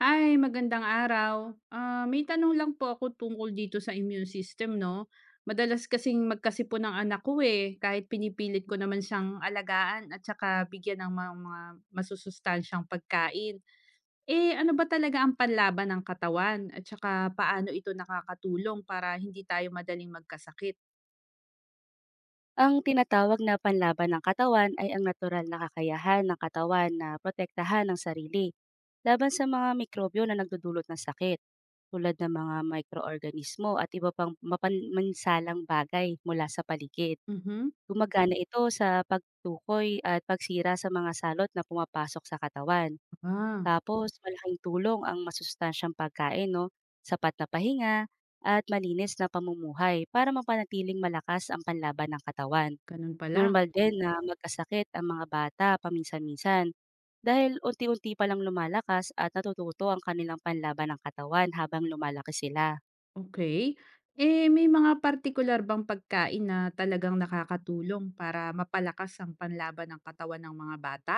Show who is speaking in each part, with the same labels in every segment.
Speaker 1: Hi, magandang araw. May tanong lang po ako tungkol dito sa immune system, no? Madalas kasing magkasipon ng anak ko eh, kahit pinipilit ko naman siyang alagaan at saka bigyan ng mga masusustansyang pagkain. Eh, ano ba talaga ang panlaban ng katawan at saka paano ito nakakatulong para hindi tayo madaling magkasakit?
Speaker 2: Ang tinatawag na panlaban ng katawan ay ang natural na kakayahan ng katawan na protektahan ang sarili laban sa mga mikrobyo na nagdudulot ng sakit tulad ng mga mikroorganismo at iba pang mapansalang bagay mula sa paligid.
Speaker 1: Mhm.
Speaker 2: Gumagana ito sa pagtukoy at pagsira sa mga salot na pumapasok sa katawan.
Speaker 1: Ah,
Speaker 2: Tapos, malaking tulong ang masustansyang pagkain, no? Sapat na pahinga, at malinis na pamumuhay para mapanatiling malakas ang panlaban ng katawan.
Speaker 1: ganun pala.
Speaker 2: Normal din na magkasakit ang mga bata paminsan-minsan dahil unti-unti palang lumalakas at natututo ang kanilang panlaban ng katawan habang lumalaki sila.
Speaker 1: Okay. Eh, may mga partikular bang pagkain na talagang nakakatulong para mapalakas ang panlaban ng katawan ng mga bata?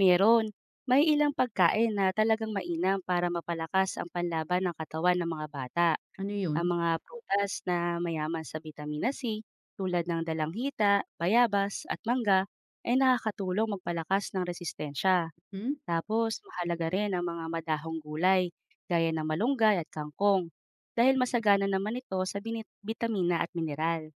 Speaker 2: Meron, may ilang pagkain na talagang mainam para mapalakas ang panlaban ng katawan ng mga bata.
Speaker 1: Ano
Speaker 2: Ang
Speaker 1: yun?
Speaker 2: mga prutas na mayaman sa vitamina C tulad ng dalanghita, bayabas at mangga ay nakakatulong magpalakas ng resistensya.
Speaker 1: Hmm?
Speaker 2: Tapos mahalaga rin ang mga madahong gulay gaya ng malunggay at kangkong dahil masagana naman ito sa bitamina at mineral.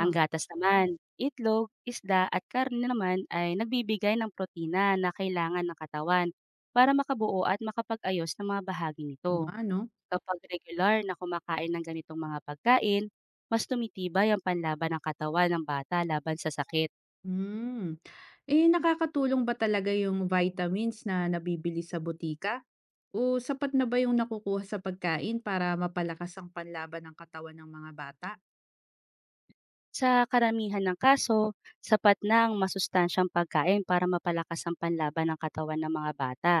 Speaker 2: Ang gatas naman, itlog, isda at karne naman ay nagbibigay ng protina na kailangan ng katawan para makabuo at makapag-ayos ng mga bahagi
Speaker 1: o
Speaker 2: nito.
Speaker 1: nga 'no?
Speaker 2: Kapag regular na kumakain ng ganitong mga pagkain, mas tumitibay ang panlaban ng katawan ng bata laban sa sakit.
Speaker 1: Hmm. Eh, nakakatulong ba talaga yung vitamins na nabibili sa botika o sapat na ba yung nakukuha sa pagkain para mapalakas ang panlaban ng katawan ng mga bata?
Speaker 2: Sa karamihan ng kaso, sapat na ang masustansyang pagkain para mapalakas ang panlaban ng katawan ng mga bata,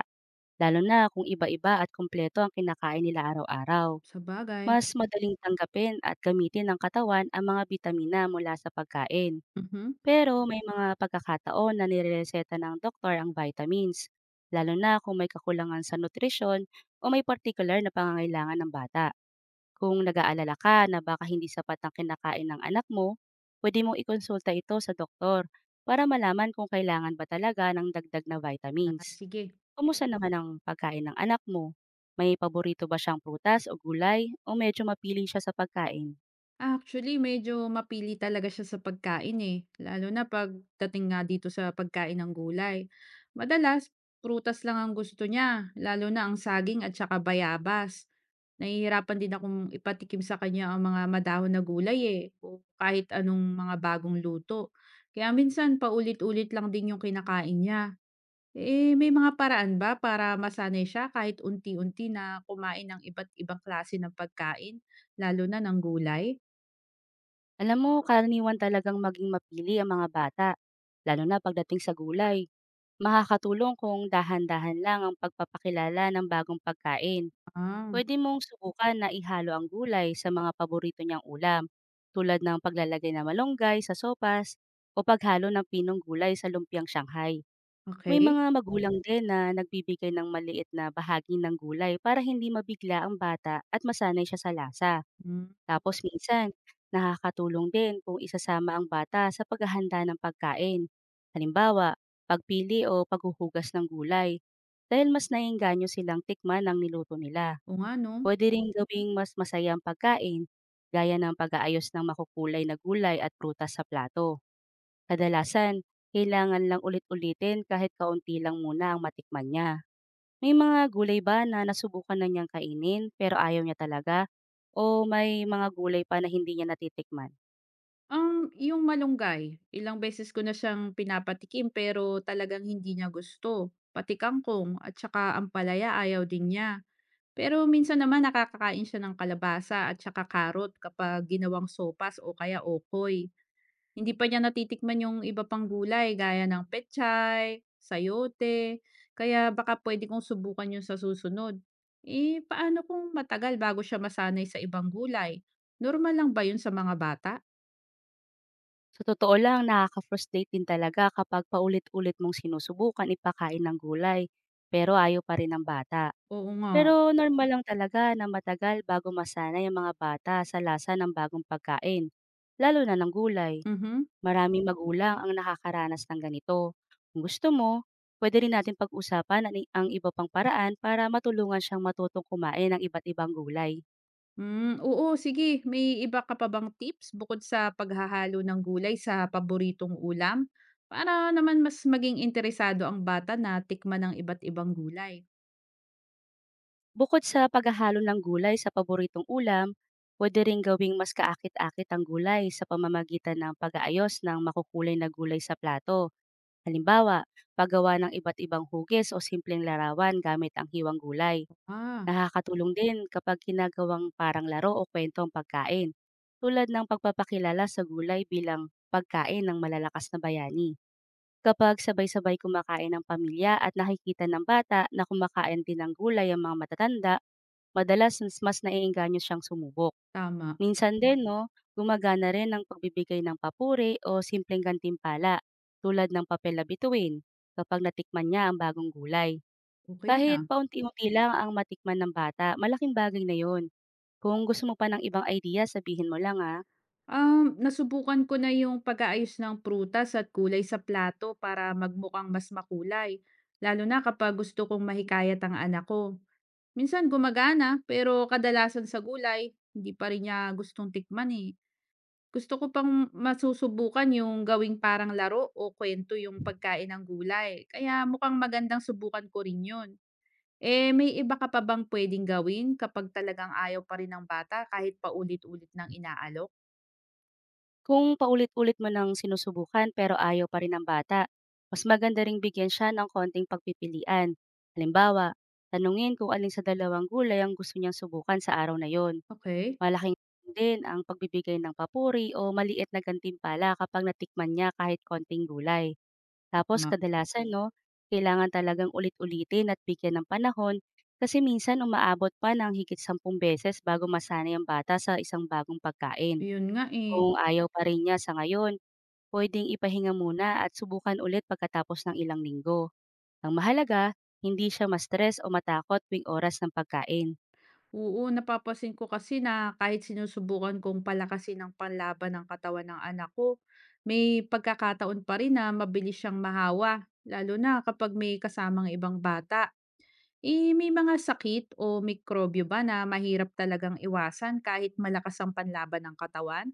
Speaker 2: lalo na kung iba-iba at kumpleto ang kinakain nila araw-araw.
Speaker 1: Sa bagay?
Speaker 2: Mas madaling tanggapin at gamitin ng katawan ang mga bitamina mula sa pagkain.
Speaker 1: Mhm.
Speaker 2: Pero may mga pagkakataon na nirereseta ng doktor ang vitamins, lalo na kung may kakulangan sa nutrisyon o may particular na pangangailangan ng bata. Kung nag-aalala ka na baka hindi sapat ang kinakain ng anak mo, pwede mong ikonsulta ito sa doktor para malaman kung kailangan ba talaga ng dagdag na
Speaker 1: Ah,
Speaker 2: vitamins.
Speaker 1: sige.
Speaker 2: Kumusta naman ang pagkain ng anak mo? May paborito ba siyang prutas o gulay o medyo mapili siya sa pagkain?
Speaker 1: Actually, medyo mapili talaga siya sa pagkain, eh, lalo na pagdating nga dito sa pagkain ng gulay. Madalas, prutas lang ang gusto niya, lalo na ang saging at saka bayabas. Nahihirapan din akong ipatikim sa kanya ang mga madahon na gulay eh, o kahit anong mga bagong luto. Kaya minsan paulit-ulit lang din yung kinakain niya. Eh, may mga paraan ba para masanay siya kahit unti-unti na kumain ng iba't ibang klase ng pagkain, lalo na ng gulay?
Speaker 2: Alam mo, karaniwan talagang maging mapili ang mga bata, lalo na pagdating sa gulay. Makakatulong kung dahan-dahan lang ang pagpapakilala ng bagong pagkain.
Speaker 1: Ah,
Speaker 2: Puwede mong subukan na ihalo ang gulay sa mga paborito niyang ulam, tulad ng paglalagay ng malunggay sa sopas o paghalo ng pinong gulay sa lumpiang Shanghai. May
Speaker 1: okay.
Speaker 2: mga magulang din na nagbibigay ng maliit na bahagi ng gulay para hindi mabigla ang bata at masanay siya sa lasa.
Speaker 1: Hmm,
Speaker 2: Tapos minsan, nakakatulong din kung isasama ang bata sa paghahanda ng pagkain. Halimbawa, pagpili o paghuhugas ng gulay dahil mas naiinganyo silang tikman ng niluto nila.
Speaker 1: o nga 'no.
Speaker 2: Pwede rin gawing mas masaya ang pagkain gaya ng pag-aayos ng makukulay na gulay at prutas sa plato. Kadalasan, kailangan lang ulit-ulitin kahit kaunti lang muna ang matikman niya. May mga gulay ba na nasubukan na niyang kainin pero ayaw niya talaga? O may mga gulay pa na hindi niya natitikman?
Speaker 1: Yung malunggay, ilang beses ko na siyang pinapatikim pero talagang hindi niya gusto. Pati kangkong at saka ang palaya ayaw din niya. Pero minsan naman nakakakain siya ng kalabasa at saka karot kapag ginawang sopas o kaya okoy. Hindi pa niya natitikman yung iba pang gulay gaya ng pechay, sayote, kaya baka puwede kong subukan yun sa susunod. Eh, paano kung matagal bago siya masanay sa ibang gulay? Normal lang ba yun sa mga bata?
Speaker 2: Sa totoo lang, nakaka-frustrate din talaga kapag paulit-ulit mong sinusubukan ipakain ng gulay pero ayaw pa rin ng bata.
Speaker 1: Oo nga.
Speaker 2: Pero normal lang talaga na matagal bago masanay ang mga bata sa lasa ng bagong pagkain, lalo na ng gulay.
Speaker 1: Mhm.
Speaker 2: Maraming magulang ang nakakaranas ng ganito. Kung gusto mo, pwede rin natin pag-usapan ang iba pang paraan para matulungan siyang matutong kumain ng iba't ibang gulay.
Speaker 1: Hmm, oo sige. May iba ka pa bang tips bukod sa paghahalo ng gulay sa paboritong ulam? Para naman mas maging interesado ang bata na tikman ng iba't ibang gulay.
Speaker 2: Bukod sa paghahalo ng gulay sa paboritong ulam, pwede rin gawing mas kaakit-akit ang gulay sa pamamagitan ng pag-aayos ng makukulay na gulay sa plato. Halimbawa, paggawa ng iba't ibang hugis o simpleng larawan gamit ang hiwang gulay.
Speaker 1: Ah,
Speaker 2: Nakakatulong din kapag ginagawang parang laro o kwento ang pagkain, tulad ng pagpapakilala sa gulay bilang pagkain ng malalakas na bayani. Kapag sabay-sabay kumakain ng pamilya at nakikita ng bata na kumakain din ng gulay ang mga matatanda, madalas mas mas naiengganyo siyang sumubok.
Speaker 1: tama.
Speaker 2: Minsan din, no, gumagana rin ang pagbibigay ng papuri o simpleng gantimpala tulad ng papel na bituin kapag natikman niya ang bagong gulay.
Speaker 1: Okay
Speaker 2: Kahit
Speaker 1: na.
Speaker 2: paunti-unti lang ang matikman ng bata, malaking bagay na yon. Kung gusto mo pa ng ibang idea, sabihin mo lang ha.
Speaker 1: Nasubukan ko na yung pag-aayos ng prutas at kulay sa plato para magmukhang mas makulay, lalo na kapag gusto kong mahikayat ang anak ko. Minsan gumagana, pero kadalasan sa gulay, hindi pa rin niya gustong tikman eh. Gusto ko pang masusubukan yung gawing parang laro o kwento yung pagkain ng gulay. Kaya mukhang magandang subukan ko rin yun. Eh, may iba ka pa bang pwedeng gawin kapag talagang ayaw pa rin ng bata kahit paulit-ulit ng inaalok?
Speaker 2: Kung paulit-ulit mo nang sinusubukan pero ayaw pa rin ng bata, mas maganda ring bigyan siya ng konting pagpipilian. Halimbawa, tanungin kung alin sa dalawang gulay ang gusto niyang subukan sa araw na yon.
Speaker 1: Okay,
Speaker 2: Malaking tulong din ang pagbibigay ng papuri o maliit na gantimpala kapag natikman niya kahit konting gulay. Tapos
Speaker 1: tama.
Speaker 2: kadalasan 'no, kailangan talagang ulit-ulitin at bigyan ng panahon kasi minsan umaabot pa ng higit 10 beses bago masanay ang bata sa isang bagong pagkain.
Speaker 1: Yun nga, eh.
Speaker 2: Kung ayaw pa rin niya sa ngayon, puwedeng ipahinga muna at subukan ulit pagkatapos ng ilang linggo. Ang mahalaga, hindi siya ma-stress o matakot tuwing oras ng pagkain.
Speaker 1: Oo, napapansin ko kasi na kahit sinusubukan kong palakasin ang panlaban ng katawan ng anak ko, may pagkakataon pa rin na mabilis siyang mahawa, lalo na kapag may kasamang ibang bata. Eh, may mga sakit o mikrobyo ba na mahirap talagang iwasan kahit malakas ang panlaban ng katawan?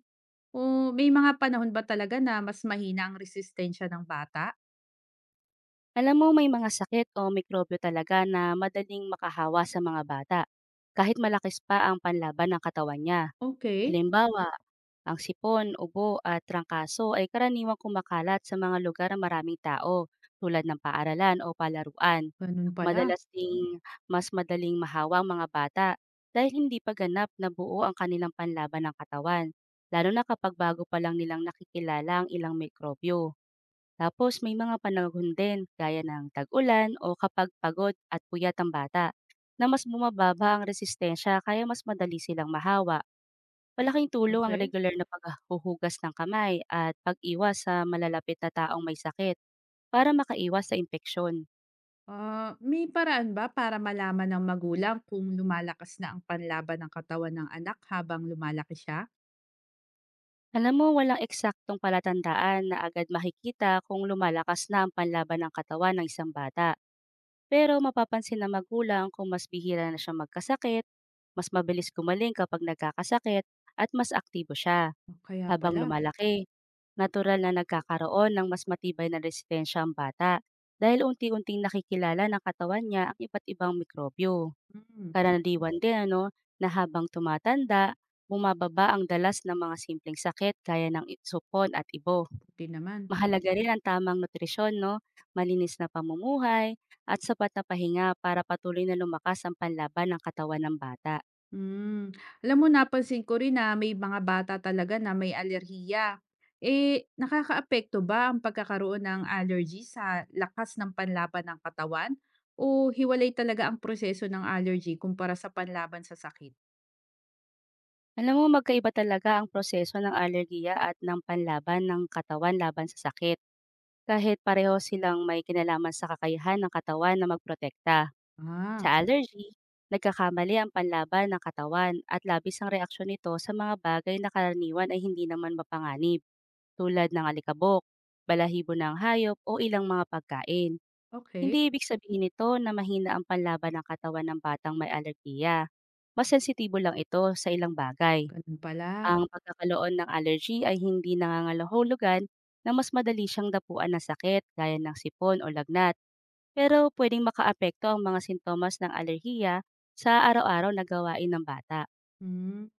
Speaker 1: O may mga panahon ba talaga na mas mahina ang resistensya ng bata?
Speaker 2: Alam mo may mga sakit o mikrobyo talaga na madaling makahawa sa mga bata, kahit malakis pa ang panlaban ng katawan niya.
Speaker 1: Okay,
Speaker 2: Halimbawa, ang sipon, ubo at trangkaso ay karaniwang kumakalat sa mga lugar na maraming tao tulad ng paaralan o palaruan.
Speaker 1: ganun pala.
Speaker 2: Madalas ding mas madaling mahawa ang mga bata dahil hindi pa ganap na buo ang kanilang panlaban ng katawan, lalo na kapag bago pa lang nilang nakikilala ang ilang mikrobyo. Tapos may mga panahon din gaya ng tag-ulan o kapag pagod at puyat ang bata na mas bumababa ang resistensya kaya mas madali silang mahawa. Malaking tulong ang
Speaker 1: Okay.
Speaker 2: regular na paghuhugas ng kamay at pag-iwas sa malalapit na taong may sakit para makaiwas sa impeksyon.
Speaker 1: Ah, may paraan ba para malaman ng magulang kung lumalakas na ang panlaban ng katawan ng anak habang lumalaki siya?
Speaker 2: Alam mo, walang eksaktong palatandaan na agad makikita kung lumalakas na ang panlaban ng katawan ng isang bata. Pero mapapansin ng magulang kung mas bihira na siya magkasakit, mas mabilis gumaling kapag nagkakasakit, at mas aktibo siya.
Speaker 1: O kaya
Speaker 2: Habang
Speaker 1: pala.
Speaker 2: lumalaki, natural na nagkakaroon ng mas matibay na resistensya ang bata dahil unti-unting nakikilala ng katawan niya ang iba't ibang mikrobyo.
Speaker 1: Hmm,
Speaker 2: Karaniwan din ano, na habang tumatanda, bumababa ang dalas ng mga simpleng sakit gaya ng supon at ibo.
Speaker 1: puti naman.
Speaker 2: Mahalaga rin ang tamang nutrisyon, no? Malinis na pamumuhay, at sapat na pahinga para patuloy na lumakas ang panlaban ng katawan ng bata.
Speaker 1: Hmm. Alam mo, napansin ko rin na may mga bata talaga na may alerhiya. Eh, nakakaapekto ba ang pagkakaroon ng allergy sa lakas ng panlaban ng katawan? O hiwalay talaga ang proseso ng allergy kumpara sa panlaban sa sakit?
Speaker 2: Alam mo magkaiba talaga ang proseso ng alergiya at ng panlaban ng katawan laban sa sakit, kahit pareho silang may kinalaman sa kakayahan ng katawan na magprotekta. Sa
Speaker 1: Ah,
Speaker 2: allergy, nagkakamali ang panlaban ng katawan at labis ang reaksyon nito sa mga bagay na karaniwan ay hindi naman mapanganib, tulad ng alikabok, balahibo ng hayop o ilang mga pagkain.
Speaker 1: okay.
Speaker 2: Hindi ibig sabihin nito na mahina ang panlaban ng katawan ng batang may alergiya. Mas sensitibo lang ito sa ilang bagay.
Speaker 1: Ganun pala.
Speaker 2: Ang pagkakaloon ng allergy ay hindi nangangahulugan na mas madali siyang dapuan ng sakit gaya ng sipon o lagnat, pero pwedeng makaapekto ang mga sintomas ng alerhiya sa araw-araw na gawain ng bata.
Speaker 1: Hmm.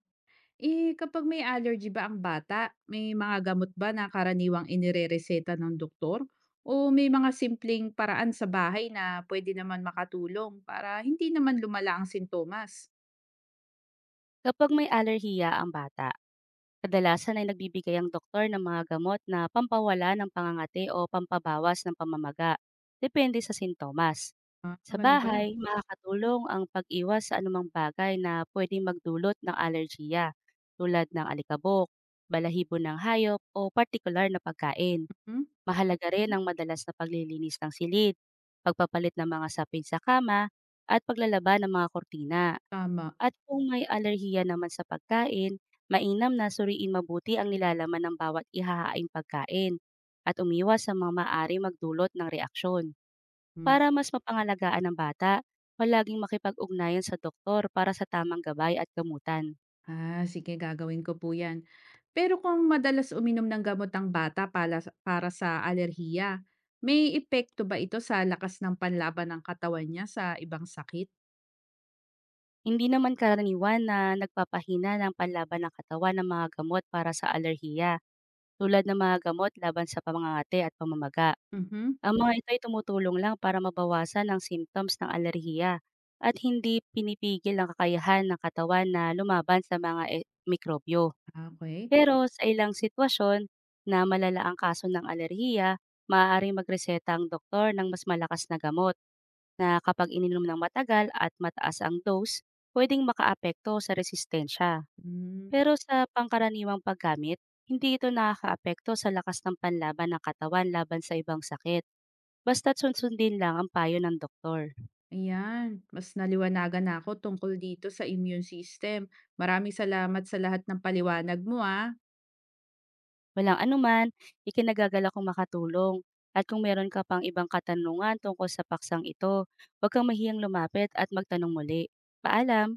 Speaker 1: Eh, kapag may allergy ba ang bata, may mga gamot ba na karaniwang inirereseta ng doktor? O may mga simpleng paraan sa bahay na pwede naman makatulong para hindi naman lumala ang sintomas?
Speaker 2: Kapag may alerhiya ang bata, kadalasan ay nagbibigay ang doktor ng mga gamot na pampawala ng pangangati o pampabawas ng pamamaga, depende sa sintomas.
Speaker 1: Ah,
Speaker 2: Sa
Speaker 1: ganun pala.
Speaker 2: bahay, makakatulong ang pag-iwas sa anumang bagay na pwedeng magdulot ng alerhiya, tulad ng alikabok, balahibo ng hayop o partikular na pagkain.
Speaker 1: Hmm?
Speaker 2: Mahalaga rin ang madalas na paglilinis ng silid, pagpapalit ng mga sapin sa kama, at paglalaba ng mga kortina.
Speaker 1: Tama.
Speaker 2: At kung may alerhiya naman sa pagkain, mainam na suriin mabuti ang nilalaman ng bawat ihahaing pagkain at umiwas sa mga maari magdulot ng reaksyon.
Speaker 1: Hmm.
Speaker 2: Para mas mapangalagaan ng bata, palaging makipag-ugnayan sa doktor para sa tamang gabay at gamutan.
Speaker 1: Ah, sige, gagawin ko po yan. Pero kung madalas uminom ng gamot ang bata para sa alerhiya, may epekto ba ito sa lakas ng panlaban ng katawan niya sa ibang sakit?
Speaker 2: Hindi naman karaniwan na nagpapahina ng panlaban ng katawan ng mga gamot para sa alerhiya, tulad ng mga gamot laban sa pamangangati at pamamaga.
Speaker 1: Mhm.
Speaker 2: Ang mga ito ay tumutulong lang para mabawasan ang symptoms ng alerhiya at hindi pinipigil ang kakayahan ng katawan na lumaban sa mga mikrobyo.
Speaker 1: Ah, okay.
Speaker 2: Pero sa ilang sitwasyon na malala ang kaso ng alerhiya, maaaring magreseta ang doktor ng mas malakas na gamot na kapag ininom ng matagal at mataas ang dose, pwedeng makaapekto sa resistensya.
Speaker 1: Hmm.
Speaker 2: Pero sa pangkaraniwang paggamit, hindi ito nakakaapekto sa lakas ng panlaban ng katawan laban sa ibang sakit. Basta't sunsundin lang ang payo ng doktor.
Speaker 1: Ayan, mas naliwanagan ako tungkol dito sa immune system. Maraming salamat sa lahat ng paliwanag mo, ah.
Speaker 2: Walang anuman, ikinagagal akong makatulong. At kung meron ka pang ibang katanungan tungkol sa paksang ito, huwag kang mahiyang lumapit at magtanong muli. Paalam!